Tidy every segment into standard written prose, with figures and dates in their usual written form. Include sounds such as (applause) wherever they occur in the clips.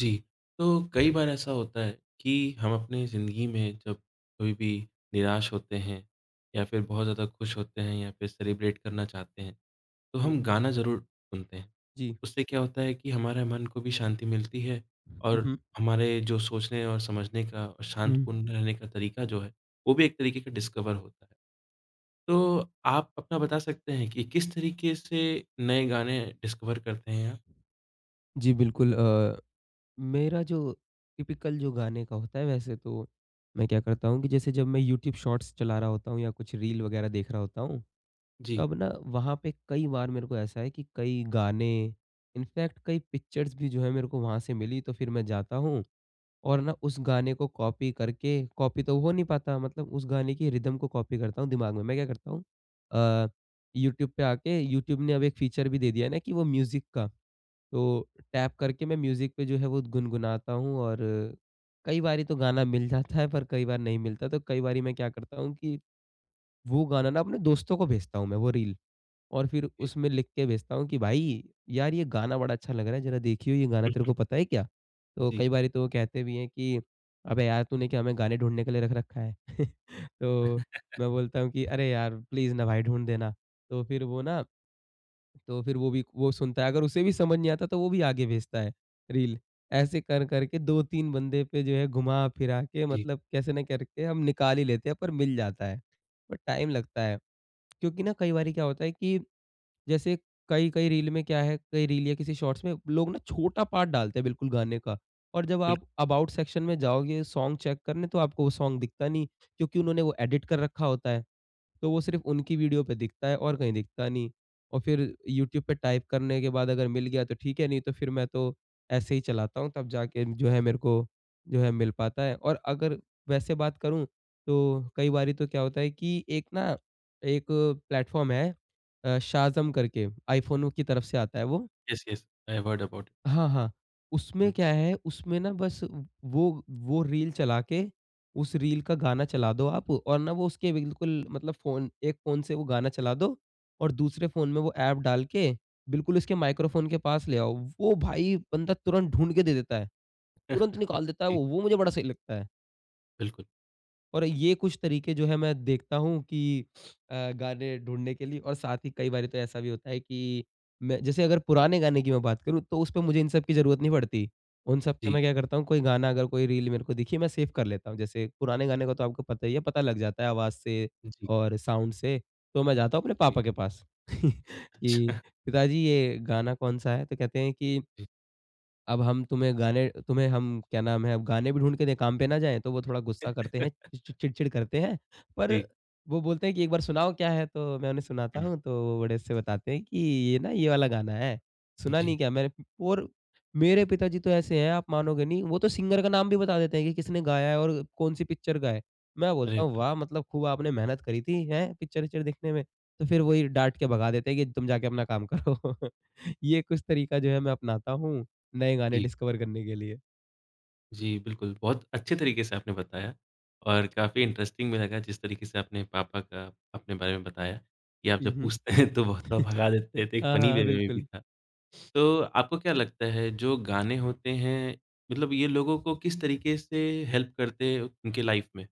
जी, तो कई बार ऐसा होता है कि हम अपनी ज़िंदगी में जब कभी भी निराश होते हैं या फिर बहुत ज़्यादा खुश होते हैं या फिर सेलिब्रेट करना चाहते हैं, तो हुँ, हम हुँ। गाना ज़रूर सुनते हैं। जी। उससे क्या होता है कि हमारे मन को भी शांति मिलती है हुँ, और हुँ, हमारे जो सोचने और समझने का और हुँ। शांतपूर्ण रहने का तरीका जो है, वो भी एक तरीके का डिस्कवर होता है। तो आप अपना बता सकते हैं कि किस तरीके से नए गाने डिस्कवर करते हैं आप? जी, बिल्कुल मेरा जो टिपिकल जो गाने का होता है वैसे तो, मैं क्या करता हूँ कि जैसे जब मैं यूट्यूब शॉर्ट्स चला रहा होता हूँ या कुछ रील वगैरह देख रहा होता हूँ, जी। तब ना वहाँ पे कई बार मेरे को ऐसा है कि कई गाने, इनफैक्ट कई पिक्चर्स भी जो है मेरे को वहाँ से मिली, तो फिर मैं जाता हूँ और ना उस गाने को कॉपी करके, कॉपी तो हो नहीं पाता, मतलब उस गाने की रिदम को कॉपी करता हूँ दिमाग में। मैं क्या करता हूँ अ, यूट्यूब पे आके, यूट्यूब ने अब एक फीचर भी दे दिया है ना कि वो म्यूज़िक का। तो टैप करके मैं म्यूज़िक पे जो है वो गुनगुनाता हूँ, और कई बारी तो गाना मिल जाता है पर कई बार नहीं मिलता, तो कई बारी मैं क्या करता हूँ कि वो गाना ना अपने दोस्तों को भेजता हूँ, मैं वो रील, और फिर उसमें लिख के भेजता हूँ कि भाई, यार ये गाना बड़ा अच्छा लग रहा है, ज़रा देखियो ये गाना हुँ। तेरे को पता है क्या? तो जी, कई बारी तो वो कहते भी हैं कि, "अबे यार तूने क्या हमें गाने ढूँढने के लिए रख रखा है?" (laughs) तो मैं बोलता हूँ कि, "अरे यार प्लीज़ ना भाई ढूँढ देना।" तो फिर वो ना तो फिर वो भी वो सुनता है, अगर उसे भी समझ नहीं आता तो वो भी आगे भेजता है रील। ऐसे कर करके 2-3 बंदे पे जो है घुमा-फिरा के, जी। मतलब कैसे ना करके हम निकाल ही लेते हैं, पर मिल जाता है। पर टाइम लगता है, क्योंकि ना कई बारी क्या होता है कि, जैसे, कई-कई रील में क्या है, कई रील या किसी शॉर्ट्स में लोग ना छोटा पार्ट डालते हैं बिल्कुल गाने का, और जब आप अबाउट सेक्शन में जाओगे सॉन्ग चेक करने तो आपको वो सॉन्ग दिखता नहीं, क्योंकि उन्होंने वो एडिट कर रखा होता है। तो वो सिर्फ़ उनकी वीडियो पे दिखता है और कहीं दिखता नहीं। और फिर यूट्यूब पे टाइप करने के बाद अगर मिल गया तो ठीक है, नहीं तो फिर मैं तो ऐसे ही चलाता हूँ, तब जाके जो है मेरे को जो है मिल पाता है। और अगर वैसे बात करूँ, तो कई बारी तो क्या होता है कि एक ना एक प्लेटफ़ॉर्म है, शाज़म करके, आईफ़ोन की तरफ से आता है वो। Yes, yes, I have heard about हाँ, हाँ। उसमें इट। क्या है, उसमें ना बस वो रील चला के, उस रील का गाना चला दो आप और ना वो उसके बिल्कुल, मतलब फ़ोन, एक फ़ोन से वो गाना चला दो और दूसरे फ़ोन में वो ऐप डाल के बिल्कुल उसके माइक्रोफ़ोन के पास ले आओ। वो भाई बंदा तुरंत ढूँढ के दे देता है। तुरंत (laughs) हुँ। निकाल देता है जी, वो मुझे बड़ा सही लगता है। बिल्कुल। और ये कुछ तरीके जो है मैं देखता हूँ कि गाने ढूँढने के लिए, और साथ ही कई बारी तो ऐसा भी होता है कि मैं, जैसे, अगर पुराने गाने की मैं बात करूँ, तो उसपे मुझे इन सब की ज़रूरत नहीं पड़ती। उन सब पे जी, मैं क्या करता हूँ, कोई गाना, अगर कोई रील मेरे को दिखी, मैं सेव कर लेता हूँ। जैसे पुराने गाने का तो आपको पता ही है, पता लग जाता है आवाज़ से जी, और साउंड से। तो मैं जाता हूँ अपने जी। पापा के पास (laughs) कि अच्छा पिताजी ये गाना कौन-सा है? तो कहते हैं कि, जी। अब हम तुम्हें गाने, तुम्हें हम क्या नाम है, अब गाने भी ढूँढ के दें, काम पे ना जाएँ? तो वो थोड़ा गुस्सा करते हैं, (laughs) चि चिड़चिड़ करते हैं। पर जी, वो बोलते हैं कि एक बार सुनाओ क्या है, तो मैं उन्हें सुनाता हुँ, हूँ, तो वो बड़े से बताते हैं कि ये ना ये वाला गाना है, सुना नहीं जी। क्या मैंने? और मेरे पिताजी तो ऐसे हैं, आप मानोगे नहीं, वो तो सिंगर का नाम भी बता देते हैं कि किसने गाया है और कौन-सी पिक्चर का है। मैं अरे बोलता हूँ वाह! वाह! मतलब खूब आपने मेहनत करी थी, हैं? पिक्चर-विक्चर देखने में। तो फिर वही डाँट के भगा देते हैं कि तुम जाके अपना काम करो। (laughs) ये कुछ तरीका जो है मैं अपनाता हूँ नए गाने जी, डिस्कवर करने के लिए। जी, बिल्कुल, बहुत अच्छे तरीके से आपने बताया और काफ़ी इंटरेस्टिंग भी लगा जिस तरीके से आपने पापा का अपने बारे में बताया कि आप हुँ, जब हुँ। पूछते हैं तो वो थोड़ा (laughs) भगा देते थे, एक हाँ, फ़नी हाँ, वे में भी बिल्कुल। था। तो आपको क्या लगता है जो गाने होते हैं, मतलब ये लोगों को किस तरीके से हेल्प करते हैं उनके लाइफ़ में?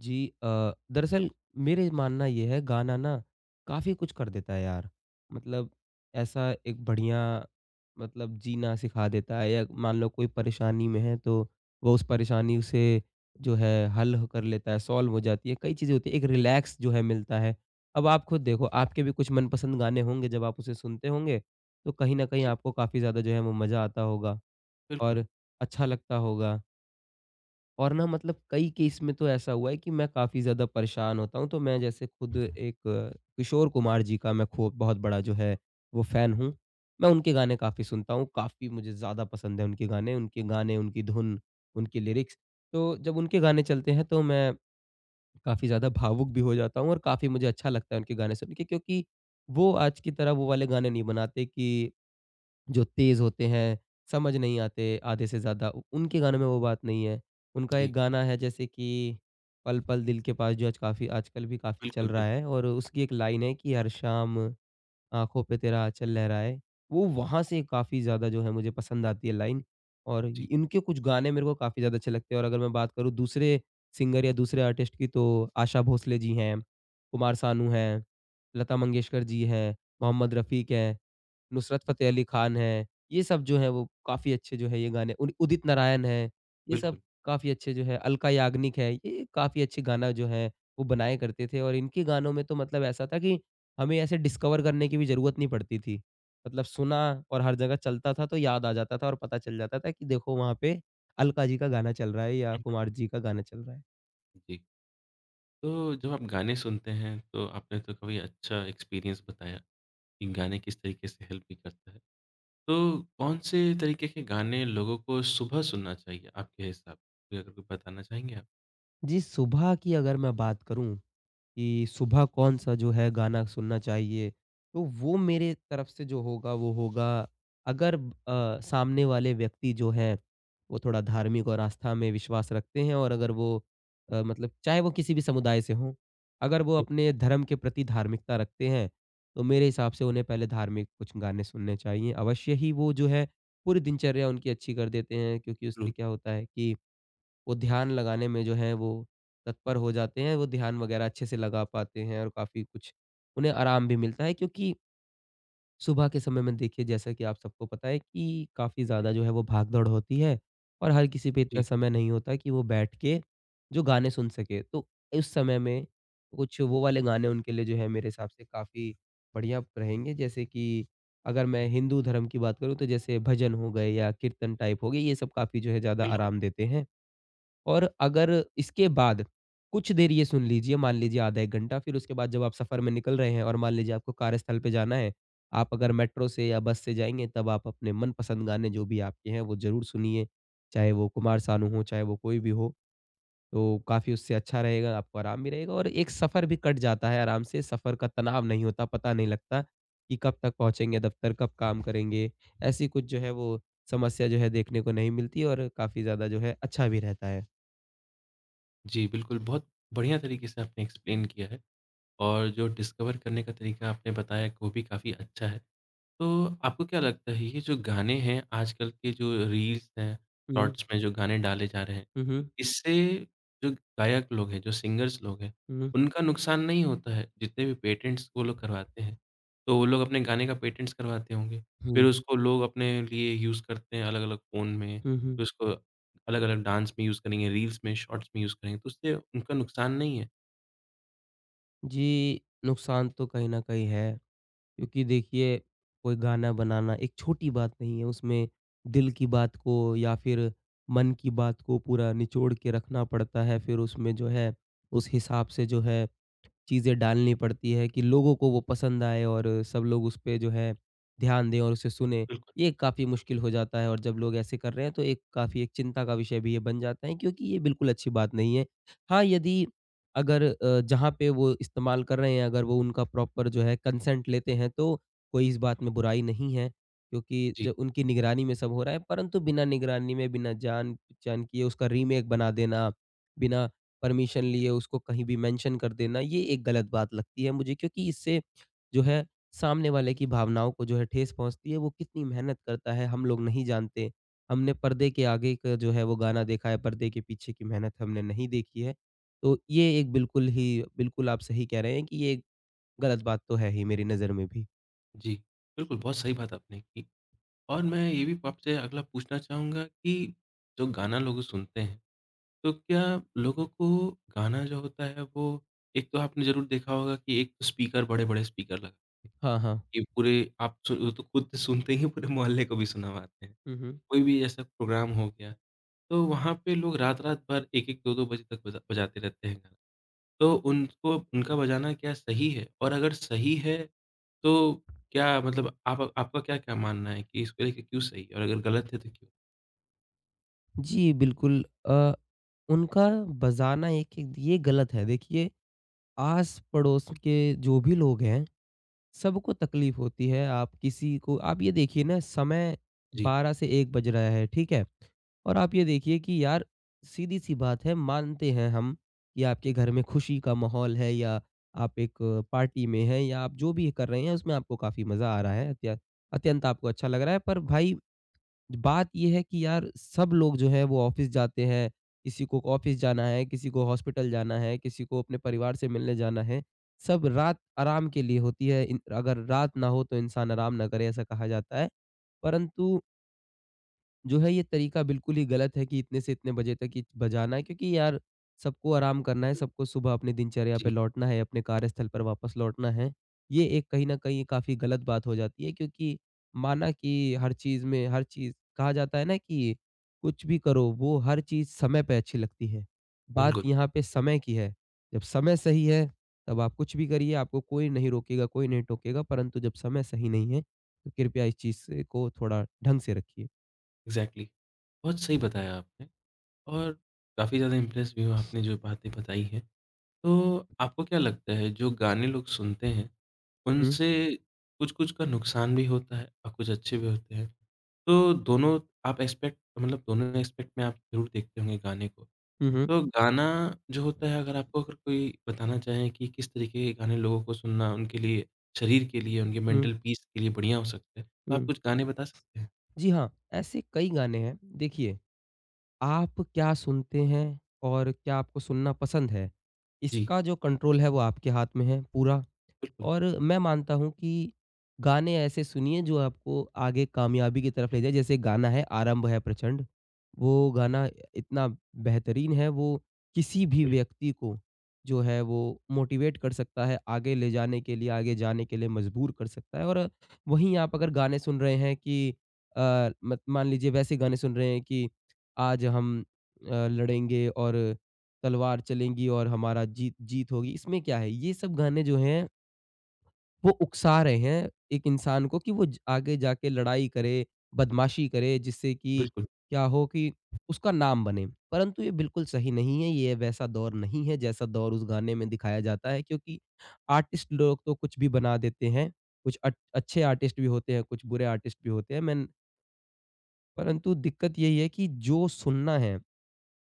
जी दरअसल, मेरे मानना ये है, गाना ना काफ़ी कुछ कर देता है यार। मतलब ऐसा एक बढ़िया, मतलब जीना सिखा देता है, या मान लो कोई परेशानी में है तो वो उस परेशानी से जो है हल कर लेता है, सॉल्व हो जाती है, कई चीज़ें होती हैं। एक रिलैक्स जो है मिलता है। अब आप खुद देखो, आपके भी कुछ मनपसंद गाने होंगे, जब आप उसे सुनते होंगे, तो कहीं न कहीं जी, आपको काफ़ी ज़्यादा जो है वो मज़ा आता होगा बिल्कुल। और अच्छा लगता होगा। और ना मतलब कई केस में तो ऐसा हुआ है कि मैं काफ़ी ज़्यादा परेशान होता हूँ, तो मैं, जैसे, खुद एक, किशोर कुमार जी का मैं खो बहुत बड़ा जो है वो फ़ैन हूँ। मैं उनके गाने काफ़ी सुनता हूँ, काफ़ी मुझे ज़्यादा पसंद है उनके गाने, उनकी धुन, उनकी लिरिक्स। तो जब उनके गाने चलते हैं तो मैं काफ़ी ज़्यादा भावुक भी हो जाता हूँ और काफ़ी मुझे अच्छा लगता है उनके गाने सुन के, क्योंकि वो आज की तरह वो वाले गाने नहीं बनाते, कि जो तेज़ होते हैं, समझ नहीं आते आधे से ज़्यादा, उ उनके गानों में वो बात नहीं है। उनका एक जी, गाना है, जैसे कि पल पल दिल के पास, जो आज काफ़ी, आजकल भी काफ़ी चल बिल्कुल, रहा बिल्कुल। है, और उसकी एक लाइन है कि हर शाम आँखों पे तेरा आँचल लहराए। वो वहाँ से काफ़ी ज़्यादा जो है मुझे पसंद आती है लाइन। और इ जी, इनके कुछ गाने मेरे को काफ़ी ज़्यादा अच्छे लगते हैं, और अगर मैं बात करूँ दूसरे सिंगर या दूसरे आर्टिस्ट की, तो आशा भोसले जी हैं, कुमार सानू हैं, लता मंगेशकर जी हैं, मोहम्मद रफ़ीक हैं, नुसरत फ़तेह अली खान हैं। ये सब जो हैं वो काफ़ी अच्छे जो है, ये गाने, उद उदित नारायण हैं, ये सब बिल्कुल। काफ़ी अच्छे जो है, अलका याग्निक है, ये काफ़ी अच्छे गाना जो है वो बनाया करते थे। और इनके गानों में तो मतलब ऐसा था कि हमें ऐसे डिस्कवर करने की भी ज़रूरत नहीं पड़ती थी। मतलब सुना और हर जगह चलता था तो याद आ जाता था और पता चल जाता था कि देखो वहाँ पे अलका जी का गाना चल रहा है या कुमार (laughs) जी का गाना चल रहा है। हुँ, हुँ। जी। तो जब आप गाने सुनते हैं तो आपने तो कभी अच्छा एक्सपीरियंस बताया कि गाने किस तरीके से हेल्प भी करता है। तो कौन से तरीके के गाने लोगों को सुबह सुनना चाहिए आपके हिसाब से? अगर कोई बताना चाहेंगे आप? जी, सुबह की अगर मैं बात करूँ कि सुबह कौन-सा जो है गाना सुनना चाहिए, तो वो मेरे तरफ से जो होगा वो होगा, अगर सामने वाले व्यक्ति जो हैं, वो थोड़ा धार्मिक और आस्था में विश्वास रखते हैं, और अगर वो मतलब चाहे वो किसी भी समुदाय से हों, अगर वो अपने धर्म के प्रति धार्मिकता रखते हैं, तो मेरे हिसाब से उन्हें पहले धार्मिक कुछ गाने सुनने चाहिए। अवश्य ही वो जो है पूरी दिनचर्या उनकी अच्छी कर देते हैं, क्योंकि उससे बिल्कुल, क्या होता है कि वो ध्यान लगाने में जो है वो तत्पर हो जाते हैं, वो ध्यान वगैरह अच्छे से लगा पाते हैं और काफ़ी कुछ उन्हें आराम भी मिलता है, क्योंकि सुबह के समय में, देखिए, जैसा कि आप सबको पता है कि काफ़ी ज़्यादा जो है वो भाग-दौड़ होती है, और हर किसी पे इतना जी, समय नहीं होता कि वो बैठ के जो गाने सुन सके। तो इस समय में कुछ वो वाले गाने उनके लिए जो है मेरे हिसाब से काफ़ी बढ़िया रहेंगे, जैसे कि अगर मैं हिंदू धर्म की बात करूँ तो, जैसे, भजन हो गए या कीर्तन टाइप हो गए, ये सब काफ़ी जो है ज़्यादा बिल्कुल। आराम देते हैं। और अगर इसके बाद कुछ देर ये सुन लीजिए, मान लीजिए आधा 1 घंटा, फिर उसके बाद जब आप सफ़र में निकल रहे हैं और मान लीजिए आपको कार्यस्थल पे जाना है, आप अगर मेट्रो से या बस से जाएँगे, तब आप अपने मनपसंद गाने जो भी आपके हैं, वो ज़रूर सुनिए। चाहे वो कुमार सानू हो, चाहे वो कोई भी हो, तो काफ़ी उससे अच्छा रहेगा, आपको आराम भी रहेगा और एक सफ़र भी कट जाता है आराम से, सफ़र का तनाव नहीं होता, पता नहीं लगता कि कब तक पहुँचेंगे दफ़्तर, कब काम करेंगे। ऐसी कुछ जो है वो समस्या जो है देखने को नहीं मिलती, और काफ़ी ज़्यादा जो है अच्छा भी रहता है। जी, बिल्कुल, बहुत बढ़िया तरीके से आपने एक्सप्लेन किया है और जो डिस्कवर करने का तरीका आपने बताया कि वो भी काफ़ी अच्छा है। तो आपको क्या लगता है ये जो गाने हैं आजकल के जो रील्स हैं, हुँ। शॉर्ट्स में जो गाने डाले जा रहे हैं हुँ, हुँ। इससे जो गायक लोग हैं, जो सिंगर्स लोग हैं, हुँ, उनका नुकसान नहीं होता है। जितने भी पेटेंट्स वो लोग करवाते हैं, तो वो लोग अपने गाने का पेटेंट्स करवाते होंगे। फिर हुँ। उसको लोग अपने लिए यूज़ करते हैं अलग-अलग फ़ोन में, हुँ, हुँ। फिर उसको अलग-अलग डांस में यूज़ करेंगे, रील्स में, शॉर्ट्स में यूज़ करेंगे, तो उससे उनका नुकसान नहीं है। जी, नुकसान तो कहीं न कहीं है, क्योंकि देखिए, कोई गाना बनाना एक छोटी बात नहीं है, उसमें दिल की बात को या फिर मन की बात को पूरा निचोड़ के रखना पड़ता है। फिर उसमें जो है उस हिसाब से जो है चीज़ें डालनी पड़ती है कि लोगों को वो पसंद आए और सब लोग उस पे जो है ध्यान दें और उसे सुनें। बिल्कुल, ये काफ़ी मुश्किल हो जाता है, और जब लोग ऐसे कर रहे हैं तो एक काफ़ी, एक चिंता का विषय भी ये बन जाता है, क्योंकि ये बिल्कुल अच्छी बात नहीं है। हाँ, यदि अगर जहाँ पे वो इस्तेमाल कर रहे हैं, अगर वो उनका प्रॉपर जो है कंसेंट लेते हैं, तो कोई इस बात में बुराई नहीं है, क्योंकि जी, जो उनकी निगरानी में सब हो रहा है। परंतु बिना निगरानी में, बिना जान-पहचान किए उसका रीमेक बना देना, बिना परमिशन लिए उसको कहीं भी मेंशन कर देना, ये एक गलत बात लगती है मुझे क्योंकि इससे जो है सामने वाले की भावनाओं को जो है ठेस पहुँचती है। वो कितनी मेहनत करता है, हम लोग नहीं जानते। हमने पर्दे के आगे का जो है वो गाना देखा है, पर्दे के पीछे की मेहनत हमने नहीं देखी है। तो ये एक बिल्कुल ही बिल्कुल आप सही कह रहे हैं कि ये एक गलत बात तो है ही मेरी नज़र में भी। जी। बिल्कुल, बहुत सही बात आपने की और मैं ये भी आपसे अगला पूछना चाहूँगा कि जो गाना लोग सुनते हैं तो क्या लोगों को गाना जो होता है वो एक तो आपने ज़रूर देखा होगा कि एक तो स्पीकर बड़े-बड़े स्पीकर लगा हाँ, हाँ। ये पूरे आप सु वो तो खुद सुनते ही पूरे मोहल्ले को भी सुनवाते हैं। हुँ, हुँ। कोई भी ऐसा प्रोग्राम हो गया, तो वहाँ पे लोग रात-रात भर 1-1 2-2 बजे तक बजाते रहते हैं गाना। तो उनको उनका बजाना क्या सही है? और अगर सही है, तो क्या मतलब आप आपका क्या-क्या मानना है कि इसको लेके क्यों सही है? और अगर गलत है तो क्यों? जी, बिल्कुल उनका बजाना एक-एक ये गलत है। देखिए, आस-पड़ोस के जो भी लोग हैं सबको तकलीफ होती है। आप किसी को आप ये देखिए ना, समय जी, 12 से 1 बज रहा है, ठीक है? और आप ये देखिए कि यार सीधी-सी बात है, मानते हैं हम कि आपके घर में खुशी का माहौल है या आप एक पार्टी में हैं या आप जो भी कर रहे हैं उसमें आपको काफ़ी मज़ा आ रहा है, अत्यंत आपको अच्छा लग रहा है, पर भाई बात ये है कि यार सब लोग जो है वो ऑफिस जाते हैं, किसी को ऑफिस जाना है, किसी को हॉस्पिटल जाना है, किसी को अपने परिवार से मिलने जाना है। सब रात आराम के लिए होती है। इन अगर रात ना हो तो इंसान आराम ना करे, ऐसा कहा जाता है। परंतु जो है ये तरीका बिल्कुल ही गलत है कि इतने से इतने बजे तक ही बजाना है, क्योंकि यार सबको आराम करना है, सबको सुबह अपनी दिनचर्या पे जी, लौटना है, अपने कार्यस्थल पर वापस लौटना है। ये एक कहीं न कहीं काफ़ी गलत बात हो जाती है, क्योंकि माना कि हर चीज़ में हर चीज़ कहा जाता है ना, कि कुछ भी करो वो हर चीज़ समय पे अच्छी लगती है। बात बिल्कुल, यहाँ पे समय की है, जब समय सही है तब आप कुछ भी करिए, आपको कोई नहीं रोकेगा, कोई नहीं टोकेगा, परंतु जब समय सही नहीं है, तो कृपया इस चीज़ से को थोड़ा ढंग से रखिए। एग्ज़ैक्टली बहुत सही बताया आपने। और काफ़ी ज़्यादा इम्प्रेस भी हूँ आपने जो बातें बताई हैं। तो आपको क्या लगता है जो गाने लोग सुनते हैं, हुँ। उनसे कुछ-कुछ का नुकसान भी होता है और कुछ अच्छे भी होते हैं। तो दोनों आप एस्पेक्ट मतलब दोनों एस्पेक्ट में आप ज़रूर देखते होंगे गाने को। हुँ, हुँ। तो गाना जो होता है अगर कोई बताना चाहे कि किस तरीके के गाने लोगों को सुनना उनके लिए, शरीर के लिए, उनके हुँ, मेंटल पीस के लिए बढ़िया हो सकते हैं, तो आप हुँ। कुछ गाने बता सकते हैं? जी हाँ, ऐसे कई गाने हैं। देखिए, आप क्या सुनते हैं और क्या आपको सुनना पसंद है, जी, इसका जो कंट्रोल है वो आपके हाथ में है पूरा। बिल्कुल, और मैं मानता हूँ कि गाने ऐसे सुनिए जो आपको आगे कामयाबी की तरफ ले जाए। जैसे गाना है आरंभ है प्रचंड। वो गाना इतना बेहतरीन है, वो किसी भी बिल्कुल, व्यक्ति को जो है वो मोटिवेट कर सकता है, आगे ले जाने के लिए, आगे जाने के लिए मजबूर कर सकता है। और वहीं आप अगर गाने सुन रहे हैं कि अ, मत मान लीजिए वैसे गाने सुन रहे हैं कि आज हम लड़ेंगे और तलवार चलेंगी और हमारा जीत जीत होगी। इसमें क्या है, ये सब गाने जो हैं वो उकसा रहे हैं एक इंसान को कि वो ज आगे जाके लड़ाई करे, बदमाशी करे जिससे कि बिल्कुल, क्या हो कि उसका नाम बने। परंतु ये बिल्कुल सही नहीं है, ये वैसा दौर नहीं है जैसा दौर उस गाने में दिखाया जाता है, क्योंकि आर्टिस्ट लोग तो कुछ भी बना देते हैं, कुछ अट अच्छे आर्टिस्ट भी होते हैं, कुछ बुरे आर्टिस्ट भी होते हैं। मैं परंतु दिक्कत यही है कि जो सुनना है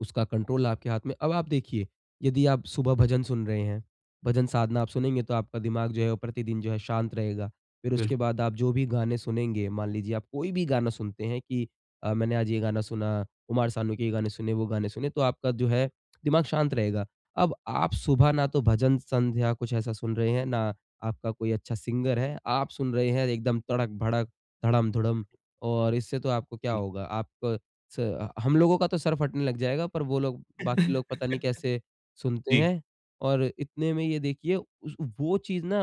उसका कंट्रोल आपके हाथ में। अब आप देखिए, यदि आप सुबह भजन सुन रहे हैं, भजन साधना आप सुनेंगे, तो आपका दिमाग जो है वो प्रतिदिन जो है शांत रहेगा। फिर उसके बिल्कुल। बाद आप जो भी गाने सुनेंगे, मान लीजिए आप कोई भी गाना सुनते हैं कि मैंने आज ये गाना सुना, कुमार सानू के ये गाने सुने, वो गाने सुने, तो आपका जो है दिमाग शांत रहेगा। अब आप सुबह ना तो भजन संध्या कुछ ऐसा सुन रहे हैं, ना आपका कोई अच्छा सिंगर है, आप सुन रहे हैं एकदम तड़क-भड़क, धड़म-धुड़म, और इससे तो आपको क्या जी। होगा? आप स हम लोगों का तो सर फटने लग जाएगा, पर वो लोग बाकी लोग पता नहीं (laughs) कैसे सुनते जी। हैं। और इतने में ये देखिए, उस वो चीज़ ना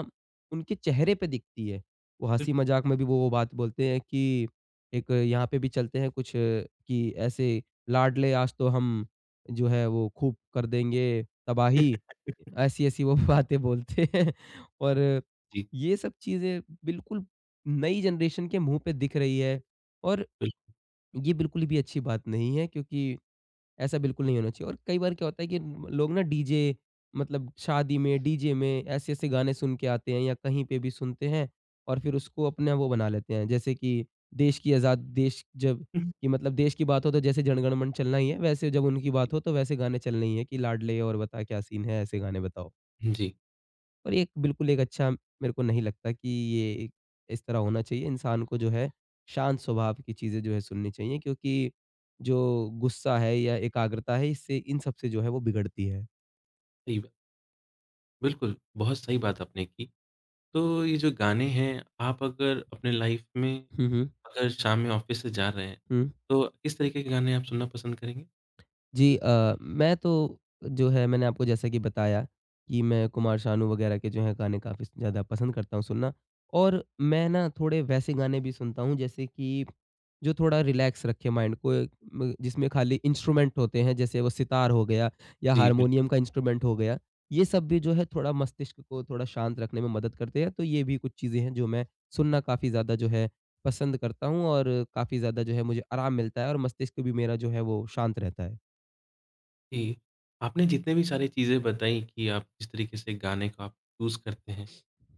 उनके चेहरे पे दिखती है। वो बिल्कुल। हँसी-मज़ाक में भी वो बात बोलते हैं कि एक यहाँ पे भी चलते हैं कुछ कि ऐसे लाडले आज तो हम जो है वो खूब कर देंगे तबाही, (laughs) ऐसी-ऐसी वो (laughs) बातें बोलते हैं। और जी, ये सब चीज़ें बिल्कुल नई जनरेशन के मुँह पे दिख रही है। और बिल्कुल। ये बिल्कुल भी अच्छी बात नहीं है, क्योंकि ऐसा बिल्कुल नहीं होना चाहिए। और कई बार क्या होता है कि लोग ना डीजे मतलब शादी में डीजे में ऐसे-ऐसे गाने सुन के आते हैं या कहीं पे भी सुनते हैं और फिर उसको अपना वो बना लेते हैं। जैसे कि देश की आज़ाद देश जब (laughs) कि मतलब देश की बात हो, तो जैसे जनगण मन चलना ही है, वैसे जब उनकी बात हो तो वैसे गाने चलने ही है कि लाडले और बता क्या सीन है, ऐसे गाने बताओ। जी, और ये एक बिल्कुल एक अच्छा मेरे को नहीं लगता कि ये एक इस तरह होना चाहिए। इंसान को जो है शांत स्वभाव की चीज़ें जो है सुननी चाहिए, क्योंकि जो गुस्सा है या एकाग्रता है इससे इन सब से जो है वो बिगड़ती है। सही बात बिल्कुल, बहुत सही बात आपने की। तो ये जो गाने हैं, आप अगर अपने लाइफ़ में हुँ, हुँ। अगर शाम में ऑफ़िस से जा रहे हैं, हुँ। तो किस तरीके के गाने आप सुनना पसंद करेंगे? जी मैं तो जो है मैंने आपको जैसा कि बताया कि मैं कुमार शानू वगैरह के जो हैं गाने काफ़ी ज़्यादा पसंद करता हूँ सुनना, और मैं ना थोड़े वैसे गाने भी सुनता हूँ जैसे कि जो थोड़ा रिलैक्स रखे माइंड को, एक म जिसमें खाली इंस्ट्रूमेंट होते हैं, जैसे वो सितार हो गया या जी, बिल हारमोनियम का इंस्ट्रूमेंट हो गया। ये सब भी जो है थोड़ा मस्तिष्क को थोड़ा शांत रखने में मदद करते हैं, तो ये भी कुछ चीज़ें हैं जो मैं सुनना काफ़ी ज़्यादा जो है पसंद करता हूँ, और काफ़ी ज़्यादा जो है मुझे आराम मिलता है और मस्तिष्क भी मेरा जो है वो शांत रहता है। जी, आपने जितने भी सारी चीज़ें बताई कि आप किस तरीके से गाने को आप चूज़ करते हैं,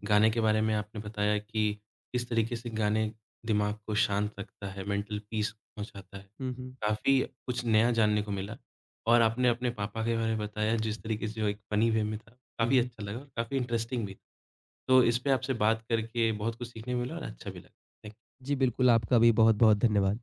गाने के बारे में आपने बताया कि किस तरीके से गाने दिमाग को शांत रखता है, मेंटल पीस पहुँचाता है। हुँ, हुँ। काफ़ी कुछ नया जानने को मिला और आपने अपने पापा के बारे में बताया जिस तरीके से जो एक फ़नी वे में था, हुँ, काफ़ी हुँ। अच्छा लगा और काफ़ी इंटरेस्टिंग भी। तो इस पे आपसे बात करके बहुत कुछ सीखने को मिला और अच्छा भी लगा। थैंक जी, बिल्कुल, आपका भी बहुत-बहुत धन्यवाद।